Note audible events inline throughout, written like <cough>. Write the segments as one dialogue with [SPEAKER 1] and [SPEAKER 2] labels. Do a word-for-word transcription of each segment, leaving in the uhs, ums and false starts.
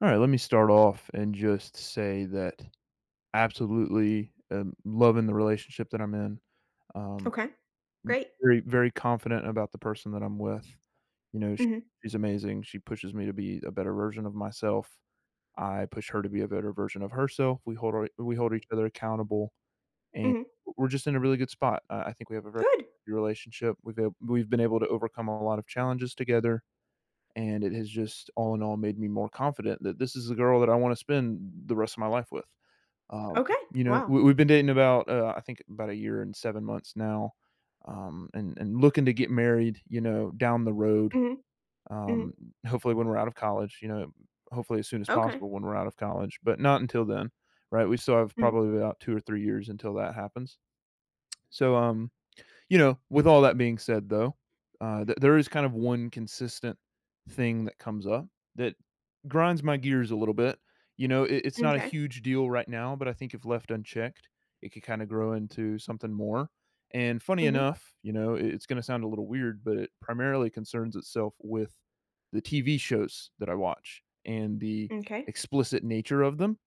[SPEAKER 1] All right, let me start off and just say that absolutely um, loving the relationship that I'm in. Um,
[SPEAKER 2] Okay. Great.
[SPEAKER 1] Very, very confident about the person that I'm with. You know, sh-
[SPEAKER 2] Mhm.
[SPEAKER 1] she's amazing. She pushes me to be a better version of myself. I push her to be a better version of herself. We hold our, we hold each other accountable, and
[SPEAKER 2] Mhm.
[SPEAKER 1] we're just in a really good spot. I I think we have a very
[SPEAKER 2] Good.
[SPEAKER 1] good relationship. We've ab- we've been able to overcome a lot of challenges together, and it has just all in all made me more confident that this is the girl that I wanna spend the rest of my life with. Um,
[SPEAKER 2] Okay.
[SPEAKER 1] you know,
[SPEAKER 2] Wow.
[SPEAKER 1] we we've been dating about, uh, I think about a year and seven months now, um, and and looking to get married, you know, down the road.
[SPEAKER 2] Mhm. Mhm.
[SPEAKER 1] um, Hopefully when we're out of college, you know, hopefully as soon as
[SPEAKER 2] Okay.
[SPEAKER 1] possible when we're out of college, but not until then, right? We still have
[SPEAKER 2] Mm.
[SPEAKER 1] probably about two or three years until that happens. So, um you know, with all that being said, though, uh, th- there is kind of one consistent thing that comes up that grinds my gears a little bit. You know, it, it's not a
[SPEAKER 2] M'kay.
[SPEAKER 1] huge deal right now, but I think if left unchecked, it could kind of grow into something more. And funny
[SPEAKER 2] Mhm.
[SPEAKER 1] enough, you know, it- it's going to sound a little weird, but it primarily concerns itself with the T V shows that I watch and the
[SPEAKER 2] Okay.
[SPEAKER 1] explicit nature of them.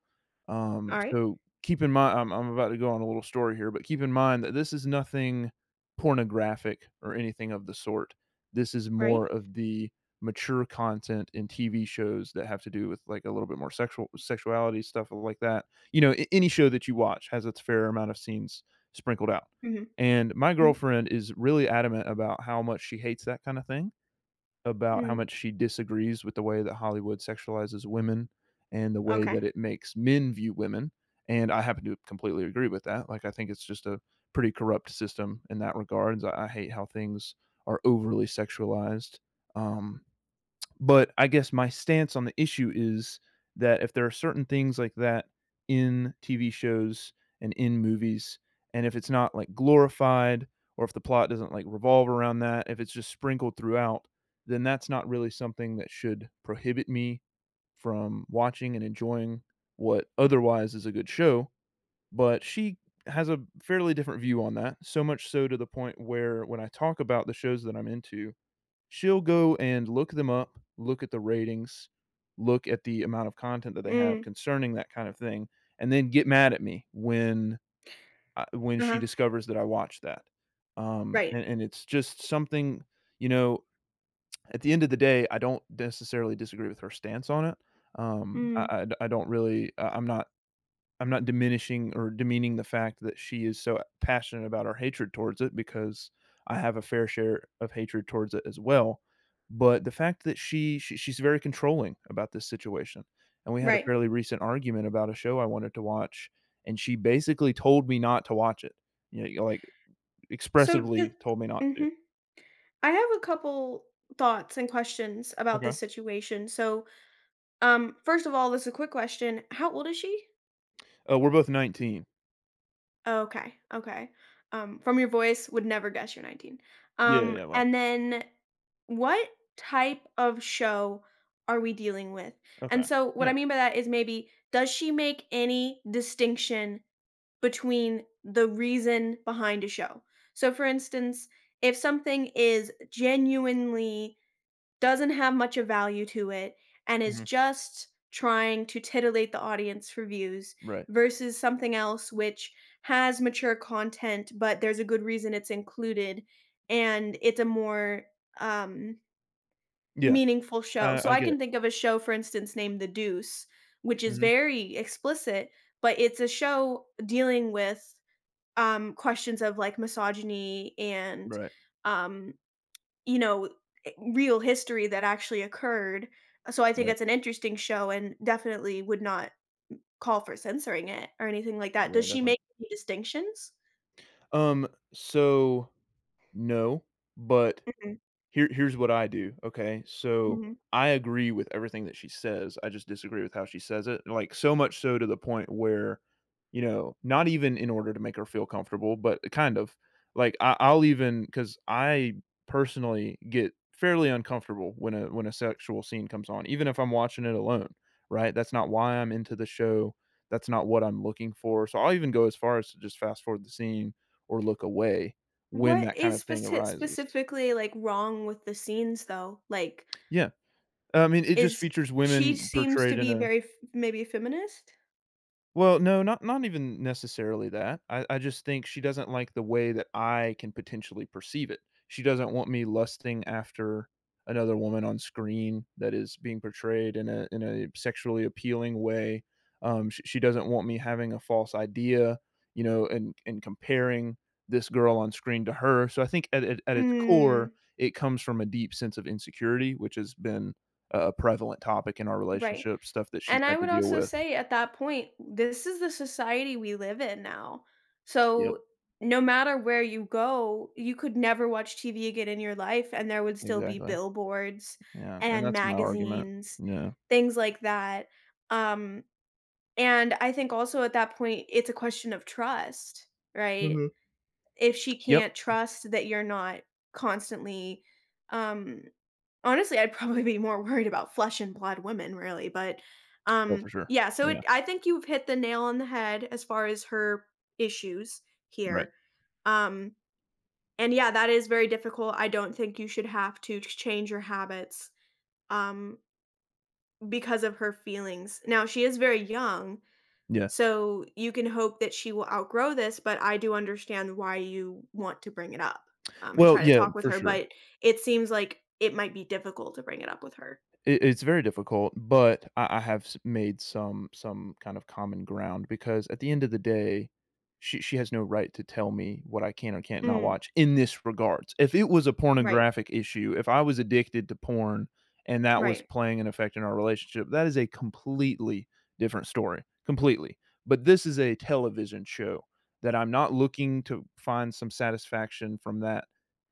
[SPEAKER 1] um,
[SPEAKER 2] Alright.
[SPEAKER 1] So keep in mind, I'm, I'm about to go on a little story here, but keep in mind that this is nothing pornographic or anything of the sort. This is
[SPEAKER 2] Right.
[SPEAKER 1] more of the mature content in T V shows that have to do with like a little bit more sexual sexuality stuff like that. You know, a- any show that you watch has its fair amount of scenes sprinkled out.
[SPEAKER 2] Mhm.
[SPEAKER 1] And my
[SPEAKER 2] Mm.
[SPEAKER 1] girlfriend is really adamant about how much she hates that kind of thing, about how
[SPEAKER 2] Mm.
[SPEAKER 1] much she disagrees with the way that Hollywood sexualizes women and the way
[SPEAKER 2] Okay.
[SPEAKER 1] that it makes men view women. And I happen to completely agree with that. Like, I think it's just a pretty corrupt system in that regard. I, I hate how things are overly sexualized. Um, but I guess my stance on the issue is that if there are certain things like that in T V shows and in movies, and if it's not like glorified, or if the plot doesn't like revolve around that, if it's just sprinkled throughout, then that's not really something that should prohibit me from watching and enjoying what otherwise is a good show. But she has a fairly different view on that, so much so to the point where when I talk about the shows that I'm into, she'll go and look them up, look at the ratings, look at the amount of content that they have
[SPEAKER 2] Mm.
[SPEAKER 1] concerning that kind of thing, and then get mad at me when I when she
[SPEAKER 2] Uh-huh.
[SPEAKER 1] discovers that I watched that. Um,
[SPEAKER 2] Right.
[SPEAKER 1] and and it's just something, you know, at the end of the day, I don't necessarily disagree with her stance on it. Um,
[SPEAKER 2] Mm.
[SPEAKER 1] I I I don't really I I'm not I'm not diminishing or demeaning the fact that she is so passionate about our hatred towards it, because I have a fair share of hatred towards it as well. But the fact that she, she she's very controlling about this situation. And we had a
[SPEAKER 2] Right.
[SPEAKER 1] fairly recent argument about a show I wanted to watch, and she basically told me not to watch it. Yeah. You know, like
[SPEAKER 2] So just.
[SPEAKER 1] expressively told me not to.
[SPEAKER 2] Mhm. I have a couple thoughts and questions about
[SPEAKER 1] Okay.
[SPEAKER 2] this situation. So, um, first of all, this is a quick question. How old is she?
[SPEAKER 1] Uh, we're both nineteen.
[SPEAKER 2] Okay. Okay. Um, from your voice, would never guess you're nineteen.
[SPEAKER 1] Yeah,
[SPEAKER 2] Um,
[SPEAKER 1] yeah. Well.
[SPEAKER 2] and then what type of show are we dealing with? And
[SPEAKER 1] Okay.
[SPEAKER 2] so what I
[SPEAKER 1] Yeah.
[SPEAKER 2] mean by that is, maybe does she make any distinction between the reason behind a show? So for instance, if something is genuinely doesn't have much of value to it and is
[SPEAKER 1] Mhm.
[SPEAKER 2] just trying to titillate the audience for views
[SPEAKER 1] Right.
[SPEAKER 2] versus something else which has mature content but there's a good reason it's included, and it's a more, um
[SPEAKER 1] Yeah.
[SPEAKER 2] meaningful show.
[SPEAKER 1] I,
[SPEAKER 2] So
[SPEAKER 1] I
[SPEAKER 2] I
[SPEAKER 1] get it.
[SPEAKER 2] can think of a show, for instance, named The Deuce, which is
[SPEAKER 1] Hmm.
[SPEAKER 2] very explicit, but it's a show dealing with, um, questions of, like, misogyny and,
[SPEAKER 1] Right.
[SPEAKER 2] um, you know, eh, real history that actually occurred. So I think
[SPEAKER 1] Right.
[SPEAKER 2] it's an interesting show and definitely would not call for censoring it or anything like that.
[SPEAKER 1] Yeah,
[SPEAKER 2] Does she make
[SPEAKER 1] definitely.
[SPEAKER 2] any distinctions?
[SPEAKER 1] Um, so, no, but
[SPEAKER 2] Mhm,
[SPEAKER 1] here, here's what I do, okay? So,
[SPEAKER 2] mhm.
[SPEAKER 1] I agree with everything that she says, I just disagree with how she says it, like, so much so to the point where, you know, not even in order to make her feel comfortable, but kind of, like, I I'll even, because I personally get fairly uncomfortable when a when a sexual scene comes on, even if I'm watching it alone, right? That's not why I'm into the show, that's not what I'm looking for, so I'll even go as far as to just fast forward the scene or look away when
[SPEAKER 2] What
[SPEAKER 1] that kind
[SPEAKER 2] is
[SPEAKER 1] of thing
[SPEAKER 2] speci
[SPEAKER 1] arises.
[SPEAKER 2] specifically, like, wrong with the scenes, though? Like,
[SPEAKER 1] Yeah. I mean, it just
[SPEAKER 2] is
[SPEAKER 1] features
[SPEAKER 2] she
[SPEAKER 1] women
[SPEAKER 2] seems
[SPEAKER 1] portrayed
[SPEAKER 2] to
[SPEAKER 1] in
[SPEAKER 2] be
[SPEAKER 1] a,
[SPEAKER 2] very f maybe feminist?
[SPEAKER 1] well, no, not not even necessarily that. I I just think she doesn't like the way that I can potentially perceive it. She doesn't want me lusting after another woman on screen that is being portrayed in a in a sexually appealing way. Um, she, she doesn't want me having a false idea, you know, and and comparing this girl on screen to her. So I think at at, at its core,
[SPEAKER 2] Mm,
[SPEAKER 1] it comes from a deep sense of insecurity, which has been a a prevalent topic in our
[SPEAKER 2] right,
[SPEAKER 1] relationship, stuff that she's
[SPEAKER 2] and I
[SPEAKER 1] had to
[SPEAKER 2] would
[SPEAKER 1] deal
[SPEAKER 2] also
[SPEAKER 1] with.
[SPEAKER 2] say at that point, this is the society we live in now.
[SPEAKER 1] Yep.
[SPEAKER 2] So, no matter where you go, you could never watch T V again in your life, and there would still be
[SPEAKER 1] Exactly.
[SPEAKER 2] billboards
[SPEAKER 1] Yeah, and
[SPEAKER 2] and
[SPEAKER 1] that's my argument.
[SPEAKER 2] magazines,
[SPEAKER 1] Yeah.
[SPEAKER 2] things like that. um, and I think also at that point, it's a question of trust, right?
[SPEAKER 1] Mhm.
[SPEAKER 2] If she
[SPEAKER 1] Yep.
[SPEAKER 2] can't trust that you're not constantly, um honestly, I'd probably be more <laughs> worried about flesh and blood women really, but,
[SPEAKER 1] Oh, for
[SPEAKER 2] um,
[SPEAKER 1] sure.
[SPEAKER 2] yeah, so
[SPEAKER 1] Yeah,
[SPEAKER 2] it I think you've hit the nail on the head as far as her issues
[SPEAKER 1] right.
[SPEAKER 2] here. Um, and yeah, that is very difficult. I don't think you should have to change your habits, um, because of her feelings. Now she is very young,
[SPEAKER 1] Yeah.
[SPEAKER 2] so you can hope that she will outgrow this, but I do understand why you want to bring it up, um, and
[SPEAKER 1] Well,
[SPEAKER 2] try to
[SPEAKER 1] yeah,
[SPEAKER 2] talk with
[SPEAKER 1] for
[SPEAKER 2] her.
[SPEAKER 1] sure.
[SPEAKER 2] But it seems like it might be difficult to bring it up with her.
[SPEAKER 1] It, it's very difficult, but I, I have s- made some some kind of common ground because at the end of the day, she she has no right to tell me what I can or can't not
[SPEAKER 2] Mm,
[SPEAKER 1] watch in this regards. If it was a
[SPEAKER 2] right,
[SPEAKER 1] pornographic issue, if I was addicted to porn and that was
[SPEAKER 2] right.
[SPEAKER 1] playing an effect in our relationship, that is a completely different story, completely. But this is a television show that I'm not looking to find some satisfaction from, that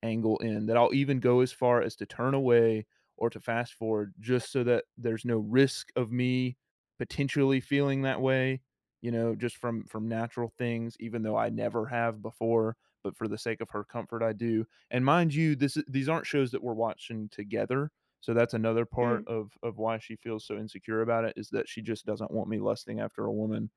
[SPEAKER 1] angle, in that I'll even go as far as to turn away or to fast forward just so that there's no risk of me potentially feeling that way, you know, just from from natural things even though I never have before, but for the sake of her comfort I do. And mind you, this is- these aren't shows that we're watching together, so that's another part
[SPEAKER 2] Mm,
[SPEAKER 1] of of why she feels so insecure about it, is that she just doesn't want me lusting after a woman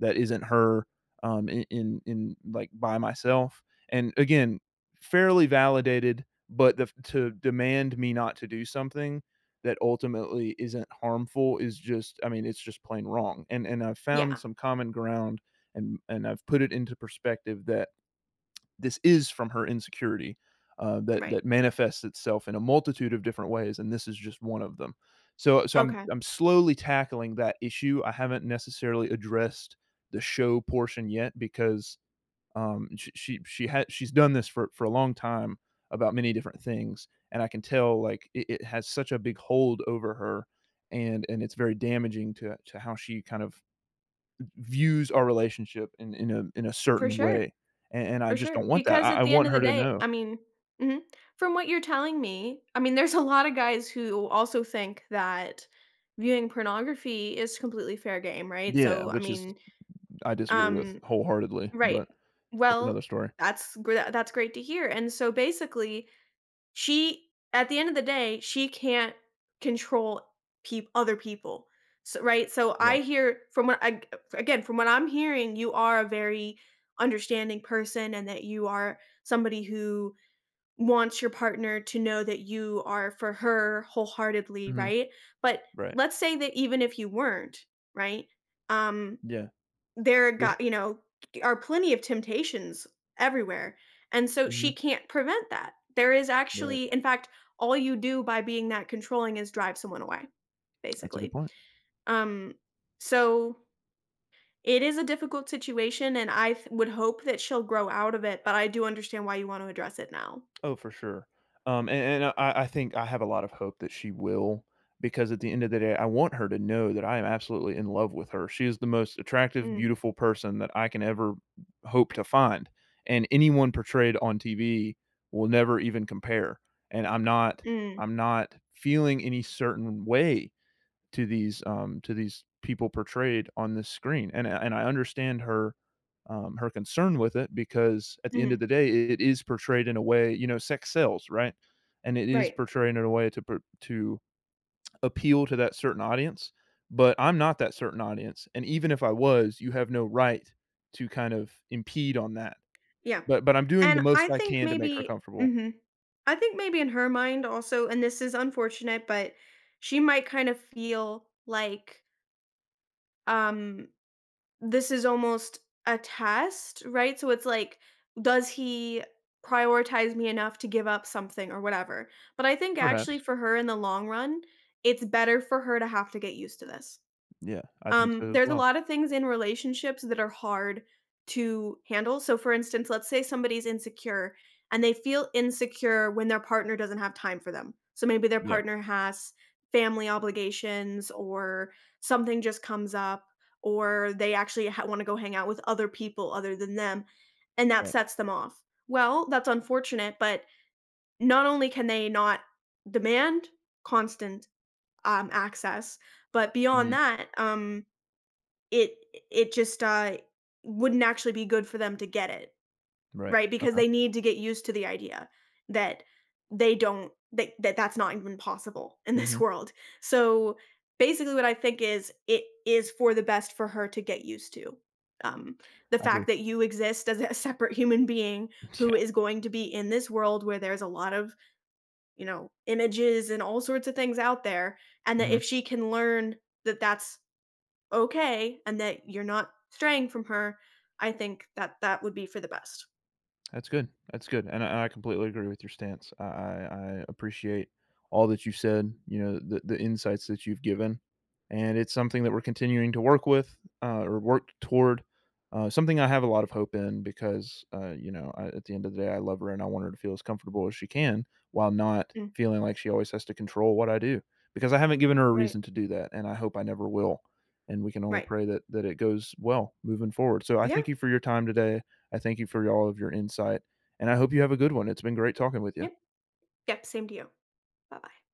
[SPEAKER 1] that isn't her, um, in, in in like by myself. And again, fairly validated, but the, to demand me not to do something that ultimately isn't harmful is just, I mean it's just plain wrong. And and I've found
[SPEAKER 2] yeah,
[SPEAKER 1] some common ground, and and I've put it into perspective that this is from her insecurity, uh, that
[SPEAKER 2] right.
[SPEAKER 1] that manifests itself in a multitude of different ways, and this is just one of them. So, so I'm
[SPEAKER 2] Okay,
[SPEAKER 1] I'm slowly tackling that issue. I haven't necessarily addressed the show portion yet because, um, she she, she had she's done this for for a long time about many different things, and I can tell like it, it has such a big hold over her, and and it's very damaging to to how she kind of views our relationship in in a in a
[SPEAKER 2] for
[SPEAKER 1] certain
[SPEAKER 2] sure,
[SPEAKER 1] way, and and I
[SPEAKER 2] for
[SPEAKER 1] just
[SPEAKER 2] sure.
[SPEAKER 1] don't want that.
[SPEAKER 2] Because
[SPEAKER 1] I I
[SPEAKER 2] at the end
[SPEAKER 1] want
[SPEAKER 2] of the
[SPEAKER 1] her to
[SPEAKER 2] day,
[SPEAKER 1] know.
[SPEAKER 2] I mean, mhm, from what you're telling me, I mean, there's a lot of guys who also think that viewing pornography is completely fair game, right?
[SPEAKER 1] Yeah,
[SPEAKER 2] So, I
[SPEAKER 1] which is,
[SPEAKER 2] mean,
[SPEAKER 1] I disagree with
[SPEAKER 2] um
[SPEAKER 1] wholeheartedly,
[SPEAKER 2] right.
[SPEAKER 1] but that's
[SPEAKER 2] Well,
[SPEAKER 1] another story.
[SPEAKER 2] that's gr tha- that's great to hear, and so basically, she at the end of the day, she can't control peop other people, so right? So
[SPEAKER 1] Right.
[SPEAKER 2] I hear from what I, again, from what I'm hearing, you are a very understanding person, and that you are somebody who wants your partner to know that you are for her wholeheartedly,
[SPEAKER 1] Mhm.
[SPEAKER 2] right? But
[SPEAKER 1] Right.
[SPEAKER 2] let's say that even if you weren't, right? Um
[SPEAKER 1] Yeah.
[SPEAKER 2] there
[SPEAKER 1] Yeah.
[SPEAKER 2] got you know, Are plenty of temptations everywhere, and so she
[SPEAKER 1] Mhm.
[SPEAKER 2] can't prevent that. There is
[SPEAKER 1] Right.
[SPEAKER 2] actually in fact, all you do by being that controlling is drive someone away,
[SPEAKER 1] That's a good
[SPEAKER 2] basically.
[SPEAKER 1] point.
[SPEAKER 2] Um, so it is a difficult situation, and I th would hope that she'll grow out of it, but I do understand why you want to address it now.
[SPEAKER 1] Oh, for sure. Um, and, and uh, I, I think I have a lot of hope that she will, because at the end of the day, I want her to know that I am absolutely in love with her. She is the most attractive,
[SPEAKER 2] Mm,
[SPEAKER 1] beautiful person that I can ever hope to find. And anyone portrayed on T V will never even compare. And I'm not,
[SPEAKER 2] mm,
[SPEAKER 1] I'm not feeling any certain way to these um, to these people portrayed on this screen, and and I understand her, um, her concern with it, because at the end
[SPEAKER 2] mhm,
[SPEAKER 1] of the day, it is portrayed in a way, you know, sex sells, right? And it is
[SPEAKER 2] right.
[SPEAKER 1] portrayed in a way to per- to appeal to that certain audience. But I'm not that certain audience, and even if I was, you have no right to kind of impede on that.
[SPEAKER 2] Yeah,
[SPEAKER 1] But but I'm doing the
[SPEAKER 2] and I
[SPEAKER 1] most I
[SPEAKER 2] think
[SPEAKER 1] can to make her
[SPEAKER 2] maybe.
[SPEAKER 1] comfortable.
[SPEAKER 2] Mhm. I think maybe in her mind also, and this is unfortunate, but she might kind of feel like, um, this is almost a test, right? So it's like, does he prioritize me enough to give up something or whatever? But I think actually
[SPEAKER 1] Perhaps,
[SPEAKER 2] for her in the long run, it's better for her to have to get used to this.
[SPEAKER 1] yeah, I think
[SPEAKER 2] Um,
[SPEAKER 1] so as
[SPEAKER 2] there's a
[SPEAKER 1] well.
[SPEAKER 2] lot of things in relationships that are hard to handle. So, for instance, let's say somebody's insecure and they feel insecure when their partner doesn't have time for them. So maybe their
[SPEAKER 1] Yeah,
[SPEAKER 2] partner has family obligations, or something just comes up, or they actually ha- want to go hang out with other people other than them, and that
[SPEAKER 1] right,
[SPEAKER 2] sets them off. Well, that's unfortunate, but not only can they not demand constant, um, access, but beyond
[SPEAKER 1] hmm,
[SPEAKER 2] that, um, it it just, uh, wouldn't actually be good for them to get it,
[SPEAKER 1] right,
[SPEAKER 2] right? Because
[SPEAKER 1] okay,
[SPEAKER 2] they need to get used to the idea that they don't that that that's not even possible in this <laughs>
[SPEAKER 1] hmm,
[SPEAKER 2] world. So, basically what I think is, it is for the best for her to get used to. Um, the
[SPEAKER 1] I
[SPEAKER 2] fact
[SPEAKER 1] agree.
[SPEAKER 2] that you exist as a <laughs> separate human being
[SPEAKER 1] <laughs>
[SPEAKER 2] who
[SPEAKER 1] Yeah.
[SPEAKER 2] is going to be in this world where there's a lot of, you know, images and all sorts of things out there, and that if
[SPEAKER 1] Mhm.
[SPEAKER 2] she can learn that that's okay and that you're not straying from her, I think that that would be for the best.
[SPEAKER 1] That's good. That's good, and I I completely agree with your stance. I I I appreciate all that you said, you know, the the insights that you've given, and it's something that we're continuing to work with, uh, or work toward, uh, something I have a lot of hope in because, uh, you know, I at the end of the day, I love her, and I want her to feel as comfortable as she can while not
[SPEAKER 2] Mm,
[SPEAKER 1] feeling like she always has to control what I do, because I haven't given her a
[SPEAKER 2] right,
[SPEAKER 1] reason to do that, and I hope I never will, and we can only
[SPEAKER 2] right.
[SPEAKER 1] pray that that it goes well moving forward. So I
[SPEAKER 2] Yeah,
[SPEAKER 1] thank you for your time today. I thank you for all of your insight, and I hope you have a good one. It's been great talking with you.
[SPEAKER 2] yep, yep, same to you. Bye-bye.